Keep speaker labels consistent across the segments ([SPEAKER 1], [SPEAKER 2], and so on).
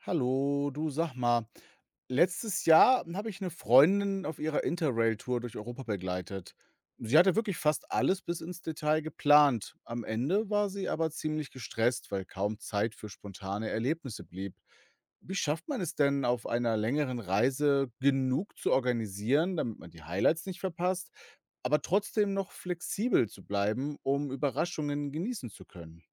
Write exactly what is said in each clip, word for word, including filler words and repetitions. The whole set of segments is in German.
[SPEAKER 1] Hallo, du, sag mal, letztes Jahr habe ich eine Freundin auf ihrer Interrail-Tour durch Europa begleitet. Sie hatte wirklich fast alles bis ins Detail geplant. Am Ende war sie aber ziemlich gestresst, weil kaum Zeit für spontane Erlebnisse blieb. Wie schafft man es denn, auf einer längeren Reise genug zu organisieren, damit man die Highlights nicht verpasst, aber trotzdem noch flexibel zu bleiben, um Überraschungen genießen zu können?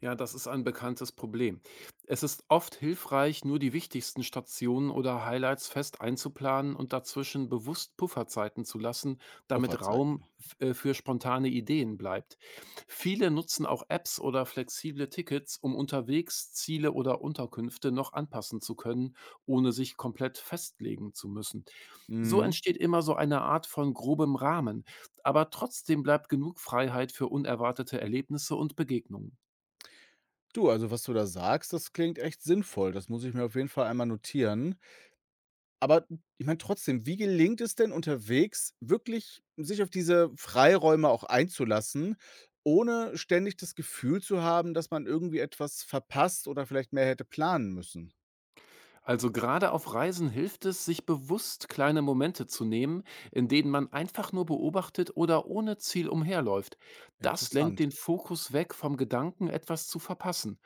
[SPEAKER 2] Ja, das ist ein bekanntes Problem. Es ist oft hilfreich, nur die wichtigsten Stationen oder Highlights fest einzuplanen und dazwischen bewusst Pufferzeiten zu lassen, damit
[SPEAKER 1] Pufferzeiten.
[SPEAKER 2] Raum f- äh, für spontane Ideen bleibt. Viele nutzen auch Apps oder flexible Tickets, um unterwegs Ziele oder Unterkünfte noch anpassen zu können, ohne sich komplett festlegen zu müssen. So entsteht immer so eine Art von grobem Rahmen, aber trotzdem bleibt genug Freiheit für unerwartete Erlebnisse und Begegnungen.
[SPEAKER 1] Du, also was du da sagst, das klingt echt sinnvoll. Das muss ich mir auf jeden Fall einmal notieren. Aber ich meine trotzdem, wie gelingt es denn unterwegs, wirklich sich auf diese Freiräume auch einzulassen, ohne ständig das Gefühl zu haben, dass man irgendwie etwas verpasst oder vielleicht mehr hätte planen müssen?
[SPEAKER 2] Also gerade auf Reisen hilft es, sich bewusst kleine Momente zu nehmen, in denen man einfach nur beobachtet oder ohne Ziel umherläuft. Das lenkt
[SPEAKER 1] Interessant.
[SPEAKER 2] den Fokus weg vom Gedanken, etwas zu verpassen.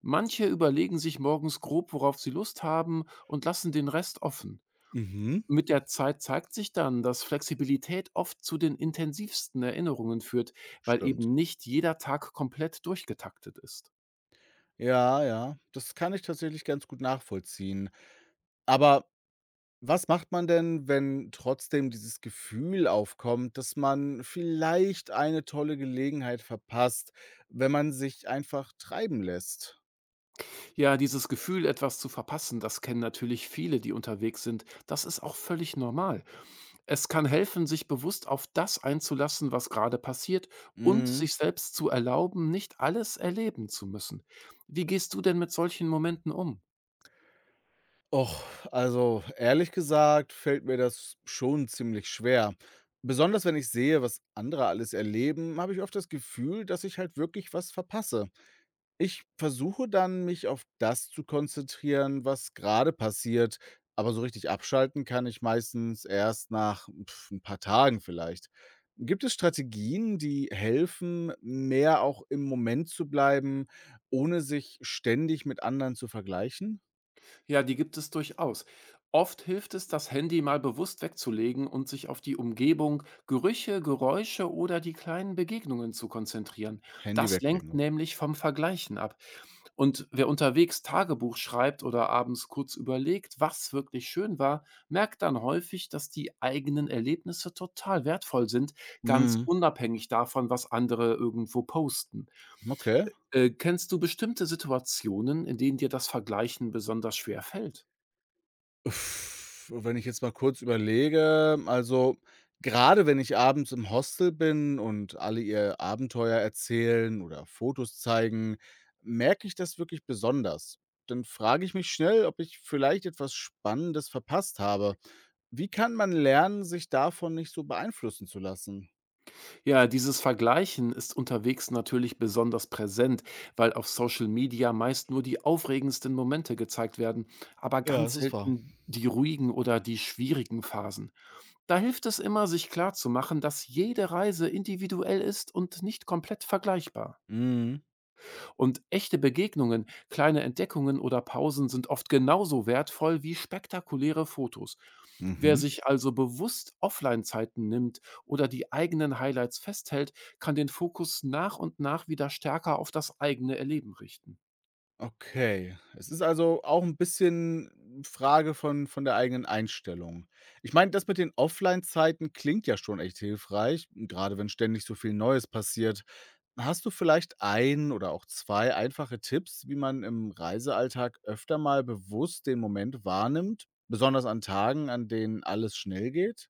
[SPEAKER 2] Manche überlegen sich morgens grob, worauf sie Lust haben und lassen den Rest offen.
[SPEAKER 1] Mhm.
[SPEAKER 2] Mit der Zeit zeigt sich dann, dass Flexibilität oft zu den intensivsten Erinnerungen führt, weil
[SPEAKER 1] Stimmt.
[SPEAKER 2] eben nicht jeder Tag komplett durchgetaktet ist.
[SPEAKER 1] Ja, ja, das kann ich tatsächlich ganz gut nachvollziehen. Aber was macht man denn, wenn trotzdem dieses Gefühl aufkommt, dass man vielleicht eine tolle Gelegenheit verpasst, wenn man sich einfach treiben lässt?
[SPEAKER 2] Ja, dieses Gefühl, etwas zu verpassen, das kennen natürlich viele, die unterwegs sind. Das ist auch völlig normal. Es kann helfen, sich bewusst auf das einzulassen, was gerade passiert und
[SPEAKER 1] Mhm.
[SPEAKER 2] sich selbst zu erlauben, nicht alles erleben zu müssen. Wie gehst du denn mit solchen Momenten um?
[SPEAKER 1] Och, also ehrlich gesagt fällt mir das schon ziemlich schwer. Besonders wenn ich sehe, was andere alles erleben, habe ich oft das Gefühl, dass ich halt wirklich was verpasse. Ich versuche dann, mich auf das zu konzentrieren, was gerade passiert, aber so richtig abschalten kann ich meistens erst nach, pf, 'n paar Tagen vielleicht. Gibt es Strategien, die helfen, mehr auch im Moment zu bleiben, ohne sich ständig mit anderen zu vergleichen?
[SPEAKER 2] Ja, die gibt es durchaus. Oft hilft es, das Handy mal bewusst wegzulegen und sich auf die Umgebung, Gerüche, Geräusche oder die kleinen Begegnungen zu konzentrieren.
[SPEAKER 1] Handy
[SPEAKER 2] Das lenkt
[SPEAKER 1] weglegen.
[SPEAKER 2] nämlich vom Vergleichen ab. Und wer unterwegs Tagebuch schreibt oder abends kurz überlegt, was wirklich schön war, merkt dann häufig, dass die eigenen Erlebnisse total wertvoll sind, ganz
[SPEAKER 1] Mhm,
[SPEAKER 2] unabhängig davon, was andere irgendwo posten.
[SPEAKER 1] okay.
[SPEAKER 2] Äh, kennst du bestimmte Situationen, in denen dir das Vergleichen besonders schwer fällt?
[SPEAKER 1] Uff, wenn ich jetzt mal kurz überlege, also, gerade wenn ich abends im Hostel bin und alle ihr Abenteuer erzählen oder Fotos zeigen, merke ich das wirklich besonders. Dann frage ich mich schnell, ob ich vielleicht etwas Spannendes verpasst habe. Wie kann man lernen, sich davon nicht so beeinflussen zu lassen?
[SPEAKER 2] Ja, dieses Vergleichen ist unterwegs natürlich besonders präsent, weil auf Social Media meist nur die aufregendsten Momente gezeigt werden, aber
[SPEAKER 1] Ja,
[SPEAKER 2] ganz
[SPEAKER 1] das ist wahr.
[SPEAKER 2] selten die ruhigen oder die schwierigen Phasen. Da hilft es immer, sich klarzumachen, dass jede Reise individuell ist und nicht komplett vergleichbar.
[SPEAKER 1] Mhm.
[SPEAKER 2] Und echte Begegnungen, kleine Entdeckungen oder Pausen sind oft genauso wertvoll wie spektakuläre Fotos. Wer
[SPEAKER 1] Mhm.
[SPEAKER 2] sich also bewusst Offline-Zeiten nimmt oder die eigenen Highlights festhält, kann den Fokus nach und nach wieder stärker auf das eigene Erleben richten.
[SPEAKER 1] Okay. Es ist also auch ein bisschen Frage von von der eigenen Einstellung. Ich meine, das mit den Offline-Zeiten klingt ja schon echt hilfreich, gerade wenn ständig so viel Neues passiert. Hast du vielleicht ein oder auch zwei einfache Tipps, wie man im Reisealltag öfter mal bewusst den Moment wahrnimmt, besonders an Tagen, an denen alles schnell geht?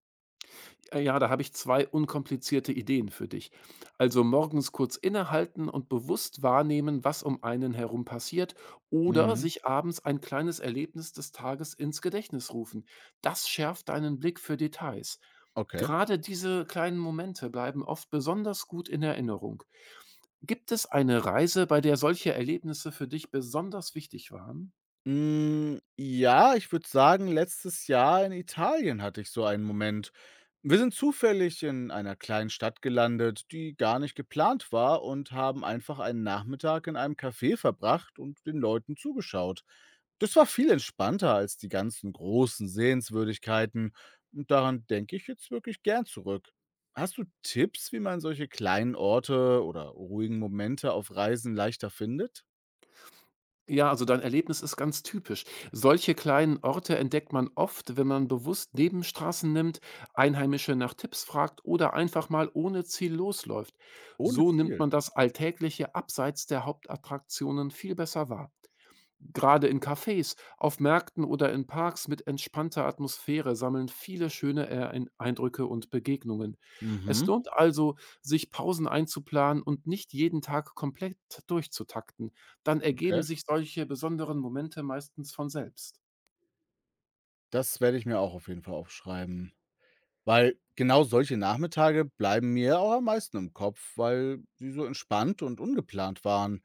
[SPEAKER 2] Äh, ja, da habe ich zwei unkomplizierte Ideen für dich. Also morgens kurz innehalten und bewusst wahrnehmen, was um einen herum passiert oder
[SPEAKER 1] Mhm.
[SPEAKER 2] sich abends ein kleines Erlebnis des Tages ins Gedächtnis rufen. Das schärft deinen Blick für Details.
[SPEAKER 1] Okay.
[SPEAKER 2] Gerade diese kleinen Momente bleiben oft besonders gut in Erinnerung. Gibt es eine Reise, bei der solche Erlebnisse für dich besonders wichtig waren?
[SPEAKER 1] Hm, ja, ich würde sagen, letztes Jahr in Italien hatte ich so einen Moment. Wir sind zufällig in einer kleinen Stadt gelandet, die gar nicht geplant war und haben einfach einen Nachmittag in einem Café verbracht und den Leuten zugeschaut. Das war viel entspannter als die ganzen großen Sehenswürdigkeiten und daran denke ich jetzt wirklich gern zurück. Hast du Tipps, wie man solche kleinen Orte oder ruhigen Momente auf Reisen leichter findet?
[SPEAKER 2] Ja, also dein Erlebnis ist ganz typisch. Solche kleinen Orte entdeckt man oft, wenn man bewusst Nebenstraßen nimmt, Einheimische nach Tipps fragt oder einfach mal ohne Ziel losläuft.
[SPEAKER 1] Ohne
[SPEAKER 2] So nimmt
[SPEAKER 1] Ziel.
[SPEAKER 2] man das Alltägliche abseits der Hauptattraktionen viel besser wahr. Gerade in Cafés, auf Märkten oder in Parks mit entspannter Atmosphäre sammeln viele schöne Erein- Eindrücke und Begegnungen. Es
[SPEAKER 1] Mhm,
[SPEAKER 2] lohnt also, sich Pausen einzuplanen und nicht jeden Tag komplett durchzutakten. Dann ergeben
[SPEAKER 1] okay.
[SPEAKER 2] sich solche besonderen Momente meistens von selbst.
[SPEAKER 1] Das werde ich mir auch auf jeden Fall aufschreiben. Weil genau solche Nachmittage bleiben mir ja auch am meisten im Kopf, weil sie so entspannt und ungeplant waren.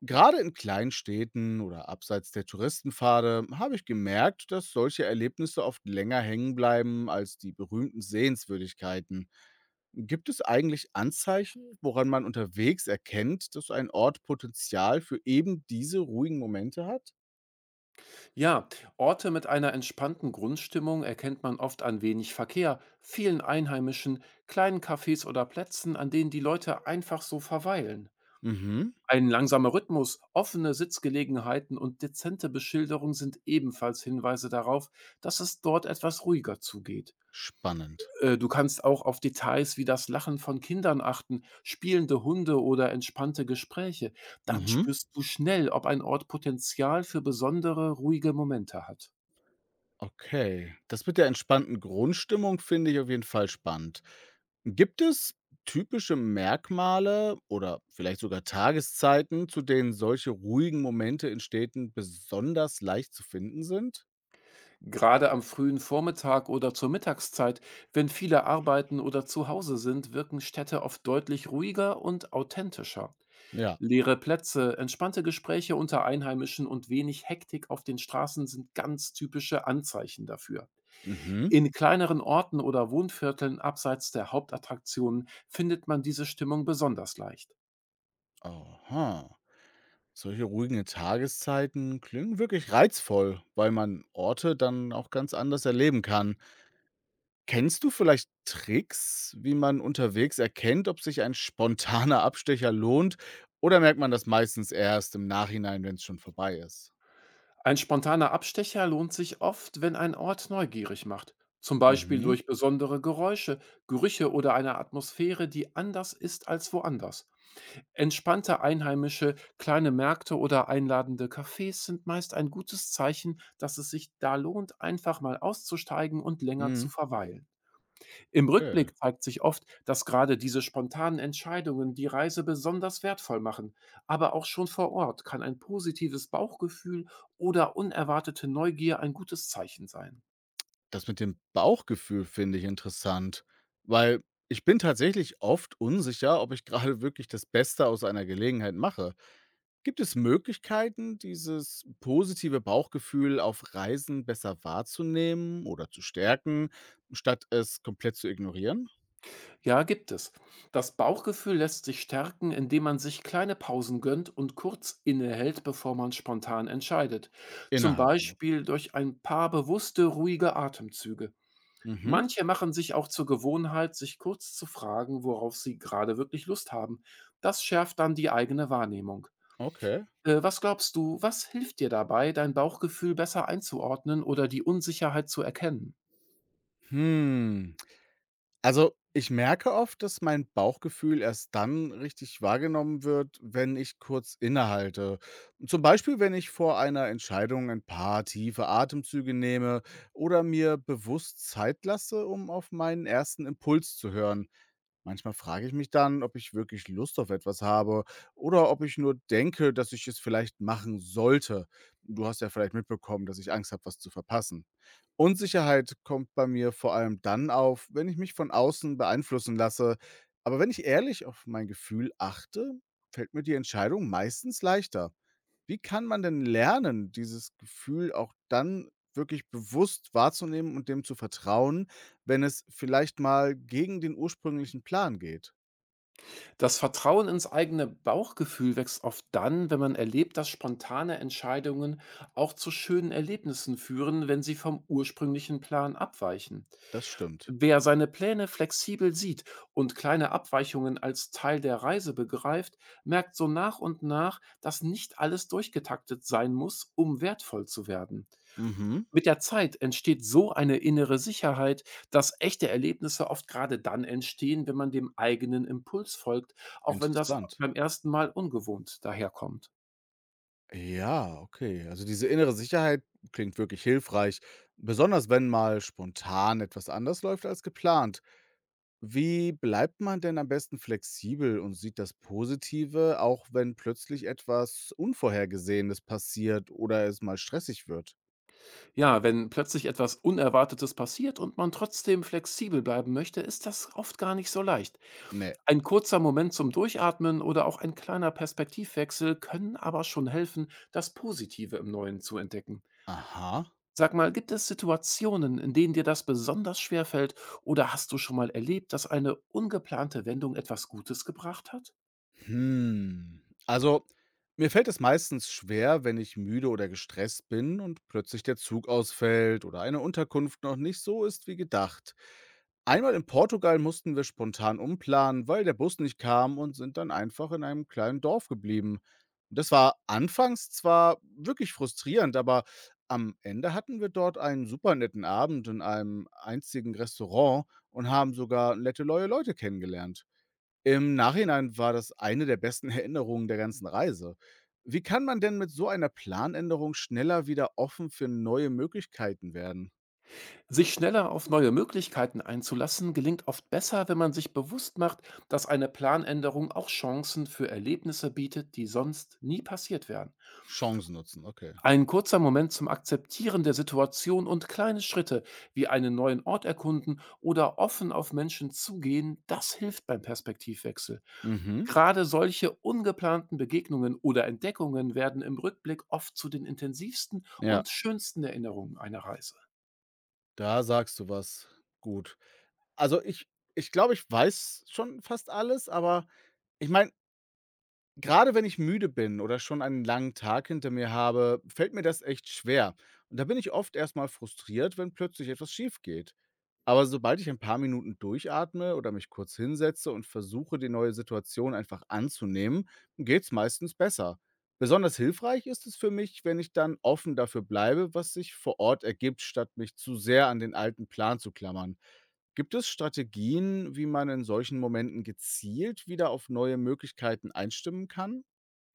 [SPEAKER 1] Gerade in kleinen Städten oder abseits der Touristenpfade habe ich gemerkt, dass solche Erlebnisse oft länger hängen bleiben als die berühmten Sehenswürdigkeiten. Gibt es eigentlich Anzeichen, woran man unterwegs erkennt, dass ein Ort Potenzial für eben diese ruhigen Momente hat?
[SPEAKER 2] Ja, Orte mit einer entspannten Grundstimmung erkennt man oft an wenig Verkehr, vielen Einheimischen, kleinen Cafés oder Plätzen, an denen die Leute einfach so verweilen.
[SPEAKER 1] Mhm.
[SPEAKER 2] Ein langsamer Rhythmus, offene Sitzgelegenheiten und dezente Beschilderung sind ebenfalls Hinweise darauf, dass es dort etwas ruhiger zugeht.
[SPEAKER 1] Spannend.
[SPEAKER 2] Äh, du kannst auch auf Details wie das Lachen von Kindern achten, spielende Hunde oder entspannte Gespräche. Dann
[SPEAKER 1] Mhm.
[SPEAKER 2] spürst du schnell, ob ein Ort Potenzial für besondere, ruhige Momente hat.
[SPEAKER 1] Okay. Das mit der entspannten Grundstimmung finde ich auf jeden Fall spannend. Gibt es typische Merkmale oder vielleicht sogar Tageszeiten, zu denen solche ruhigen Momente in Städten besonders leicht zu finden sind?
[SPEAKER 2] Gerade am frühen Vormittag oder zur Mittagszeit, wenn viele arbeiten oder zu Hause sind, wirken Städte oft deutlich ruhiger und authentischer.
[SPEAKER 1] Ja.
[SPEAKER 2] Leere Plätze, entspannte Gespräche unter Einheimischen und wenig Hektik auf den Straßen sind ganz typische Anzeichen dafür.
[SPEAKER 1] Mhm.
[SPEAKER 2] In kleineren Orten oder Wohnvierteln abseits der Hauptattraktionen findet man diese Stimmung besonders leicht.
[SPEAKER 1] Aha. Solche ruhigen Tageszeiten klingen wirklich reizvoll, weil man Orte dann auch ganz anders erleben kann. Kennst du vielleicht Tricks, wie man unterwegs erkennt, ob sich ein spontaner Abstecher lohnt, oder merkt man das meistens erst im Nachhinein, wenn es schon vorbei ist?
[SPEAKER 2] Ein spontaner Abstecher lohnt sich oft, wenn ein Ort neugierig macht, zum Beispiel
[SPEAKER 1] Mhm,
[SPEAKER 2] durch besondere Geräusche, Gerüche oder eine Atmosphäre, die anders ist als woanders. Entspannte einheimische kleine Märkte oder einladende Cafés sind meist ein gutes Zeichen, dass es sich da lohnt, einfach mal auszusteigen und länger zu
[SPEAKER 1] mhm.
[SPEAKER 2] verweilen. Im
[SPEAKER 1] Okay.
[SPEAKER 2] Rückblick zeigt sich oft, dass gerade diese spontanen Entscheidungen die Reise besonders wertvoll machen. Aber auch schon vor Ort kann ein positives Bauchgefühl oder unerwartete Neugier ein gutes Zeichen sein.
[SPEAKER 1] Das mit dem Bauchgefühl finde ich interessant, weil ich bin tatsächlich oft unsicher, ob ich gerade wirklich das Beste aus einer Gelegenheit mache. Gibt es Möglichkeiten, dieses positive Bauchgefühl auf Reisen besser wahrzunehmen oder zu stärken, statt es komplett zu ignorieren?
[SPEAKER 2] Ja, gibt es. Das Bauchgefühl lässt sich stärken, indem man sich kleine Pausen gönnt und kurz innehält, bevor man spontan entscheidet. Zum
[SPEAKER 1] Innehalten, ok.
[SPEAKER 2] Beispiel durch ein paar bewusste, ruhige Atemzüge.
[SPEAKER 1] Mhm,
[SPEAKER 2] Manche machen sich auch zur Gewohnheit, sich kurz zu fragen, worauf sie gerade wirklich Lust haben. Das schärft dann die eigene Wahrnehmung.
[SPEAKER 1] okay.
[SPEAKER 2] Äh, was glaubst du, was hilft dir dabei, dein Bauchgefühl besser einzuordnen oder die Unsicherheit zu erkennen?
[SPEAKER 1] Hm, also, ich merke oft, dass mein Bauchgefühl erst dann richtig wahrgenommen wird, wenn ich kurz innehalte. Zum Beispiel, wenn ich vor einer Entscheidung ein paar tiefe Atemzüge nehme oder mir bewusst Zeit lasse, um auf meinen ersten Impuls zu hören. Manchmal frage ich mich dann, ob ich wirklich Lust auf etwas habe oder ob ich nur denke, dass ich es vielleicht machen sollte. Du hast ja vielleicht mitbekommen, dass ich Angst habe, was zu verpassen. Unsicherheit kommt bei mir vor allem dann auf, wenn ich mich von außen beeinflussen lasse. Aber wenn ich ehrlich auf mein Gefühl achte, fällt mir die Entscheidung meistens leichter. Wie kann man denn lernen, dieses Gefühl auch dann wirklich bewusst wahrzunehmen und dem zu vertrauen, wenn es vielleicht mal gegen den ursprünglichen Plan geht?
[SPEAKER 2] Das Vertrauen ins eigene Bauchgefühl wächst oft dann, wenn man erlebt, dass spontane Entscheidungen auch zu schönen Erlebnissen führen, wenn sie vom ursprünglichen Plan abweichen.
[SPEAKER 1] Das stimmt.
[SPEAKER 2] Wer seine Pläne flexibel sieht und kleine Abweichungen als Teil der Reise begreift, merkt so nach und nach, dass nicht alles durchgetaktet sein muss, um wertvoll zu werden.
[SPEAKER 1] Mhm,
[SPEAKER 2] Mit der Zeit entsteht so eine innere Sicherheit, dass echte Erlebnisse oft gerade dann entstehen, wenn man dem eigenen Impuls folgt, auch wenn das
[SPEAKER 1] interessant.
[SPEAKER 2] beim ersten Mal ungewohnt daherkommt.
[SPEAKER 1] Ja, okay. Also, diese innere Sicherheit klingt wirklich hilfreich, besonders wenn mal spontan etwas anders läuft als geplant. Wie bleibt man denn am besten flexibel und sieht das Positive, auch wenn plötzlich etwas Unvorhergesehenes passiert oder es mal stressig wird?
[SPEAKER 2] Ja, wenn plötzlich etwas Unerwartetes passiert und man trotzdem flexibel bleiben möchte, ist das oft gar nicht so leicht.
[SPEAKER 1] Ne.
[SPEAKER 2] Ein kurzer Moment zum Durchatmen oder auch ein kleiner Perspektivwechsel können aber schon helfen, das Positive im Neuen zu entdecken.
[SPEAKER 1] Aha.
[SPEAKER 2] Sag mal, gibt es Situationen, in denen dir das besonders schwer fällt oder hast du schon mal erlebt, dass eine ungeplante Wendung etwas Gutes gebracht hat?
[SPEAKER 1] Hm. Also, mir fällt es meistens schwer, wenn ich müde oder gestresst bin und plötzlich der Zug ausfällt oder eine Unterkunft noch nicht so ist wie gedacht. Einmal in Portugal mussten wir spontan umplanen, weil der Bus nicht kam und sind dann einfach in einem kleinen Dorf geblieben. Das war anfangs zwar wirklich frustrierend, aber am Ende hatten wir dort einen super netten Abend in einem einzigen Restaurant und haben sogar nette neue Leute kennengelernt. Im Nachhinein war das eine der besten Erinnerungen der ganzen Reise. Wie kann man denn mit so einer Planänderung schneller wieder offen für neue Möglichkeiten werden?
[SPEAKER 2] Sich schneller auf neue Möglichkeiten einzulassen, gelingt oft besser, wenn man sich bewusst macht, dass eine Planänderung auch Chancen für Erlebnisse bietet, die sonst nie passiert wären.
[SPEAKER 1] Chancen nutzen, okay.
[SPEAKER 2] Ein kurzer Moment zum Akzeptieren der Situation und kleine Schritte wie einen neuen Ort erkunden oder offen auf Menschen zugehen, das hilft beim Perspektivwechsel.
[SPEAKER 1] Mhm.
[SPEAKER 2] Gerade solche ungeplanten Begegnungen oder Entdeckungen werden im Rückblick oft zu den intensivsten
[SPEAKER 1] Ja,
[SPEAKER 2] und schönsten Erinnerungen einer Reise.
[SPEAKER 1] da sagst du was. Gut. Also, ich ich glaube, ich weiß schon fast alles, aber ich meine, gerade wenn ich müde bin oder schon einen langen Tag hinter mir habe, fällt mir das echt schwer. Und da bin ich oft erstmal frustriert, wenn plötzlich etwas schief geht. Aber sobald ich ein paar Minuten durchatme oder mich kurz hinsetze und versuche, die neue Situation einfach anzunehmen, geht's meistens besser. Besonders hilfreich ist es für mich, wenn ich dann offen dafür bleibe, was sich vor Ort ergibt, statt mich zu sehr an den alten Plan zu klammern. Gibt es Strategien, wie man in solchen Momenten gezielt wieder auf neue Möglichkeiten einstimmen kann?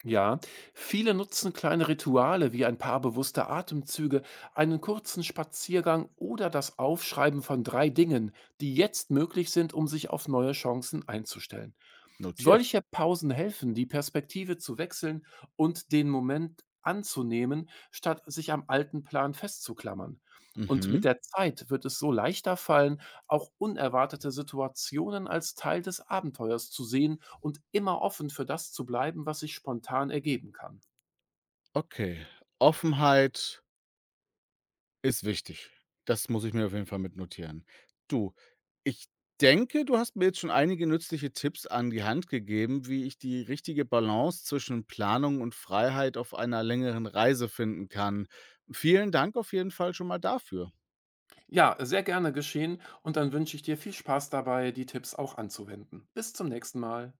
[SPEAKER 2] Ja, viele nutzen kleine Rituale wie ein paar bewusste Atemzüge, einen kurzen Spaziergang oder das Aufschreiben von drei Dingen, die jetzt möglich sind, um sich auf neue Chancen einzustellen.
[SPEAKER 1] Notiert.
[SPEAKER 2] Solche Pausen helfen, die Perspektive zu wechseln und den Moment anzunehmen, statt sich am alten Plan festzuklammern. Und mit
[SPEAKER 1] Mhm.
[SPEAKER 2] der Zeit wird es so leichter fallen, auch unerwartete Situationen als Teil des Abenteuers zu sehen und immer offen für das zu bleiben, was sich spontan ergeben kann.
[SPEAKER 1] Okay. Offenheit ist wichtig. Das muss ich mir auf jeden Fall mitnotieren. Du, ich denke, du hast mir jetzt schon einige nützliche Tipps an die Hand gegeben, wie ich die richtige Balance zwischen Planung und Freiheit auf einer längeren Reise finden kann. Vielen Dank auf jeden Fall schon mal dafür.
[SPEAKER 2] Ja, sehr gerne geschehen und dann wünsche ich dir viel Spaß dabei, die Tipps auch anzuwenden. Bis zum nächsten Mal.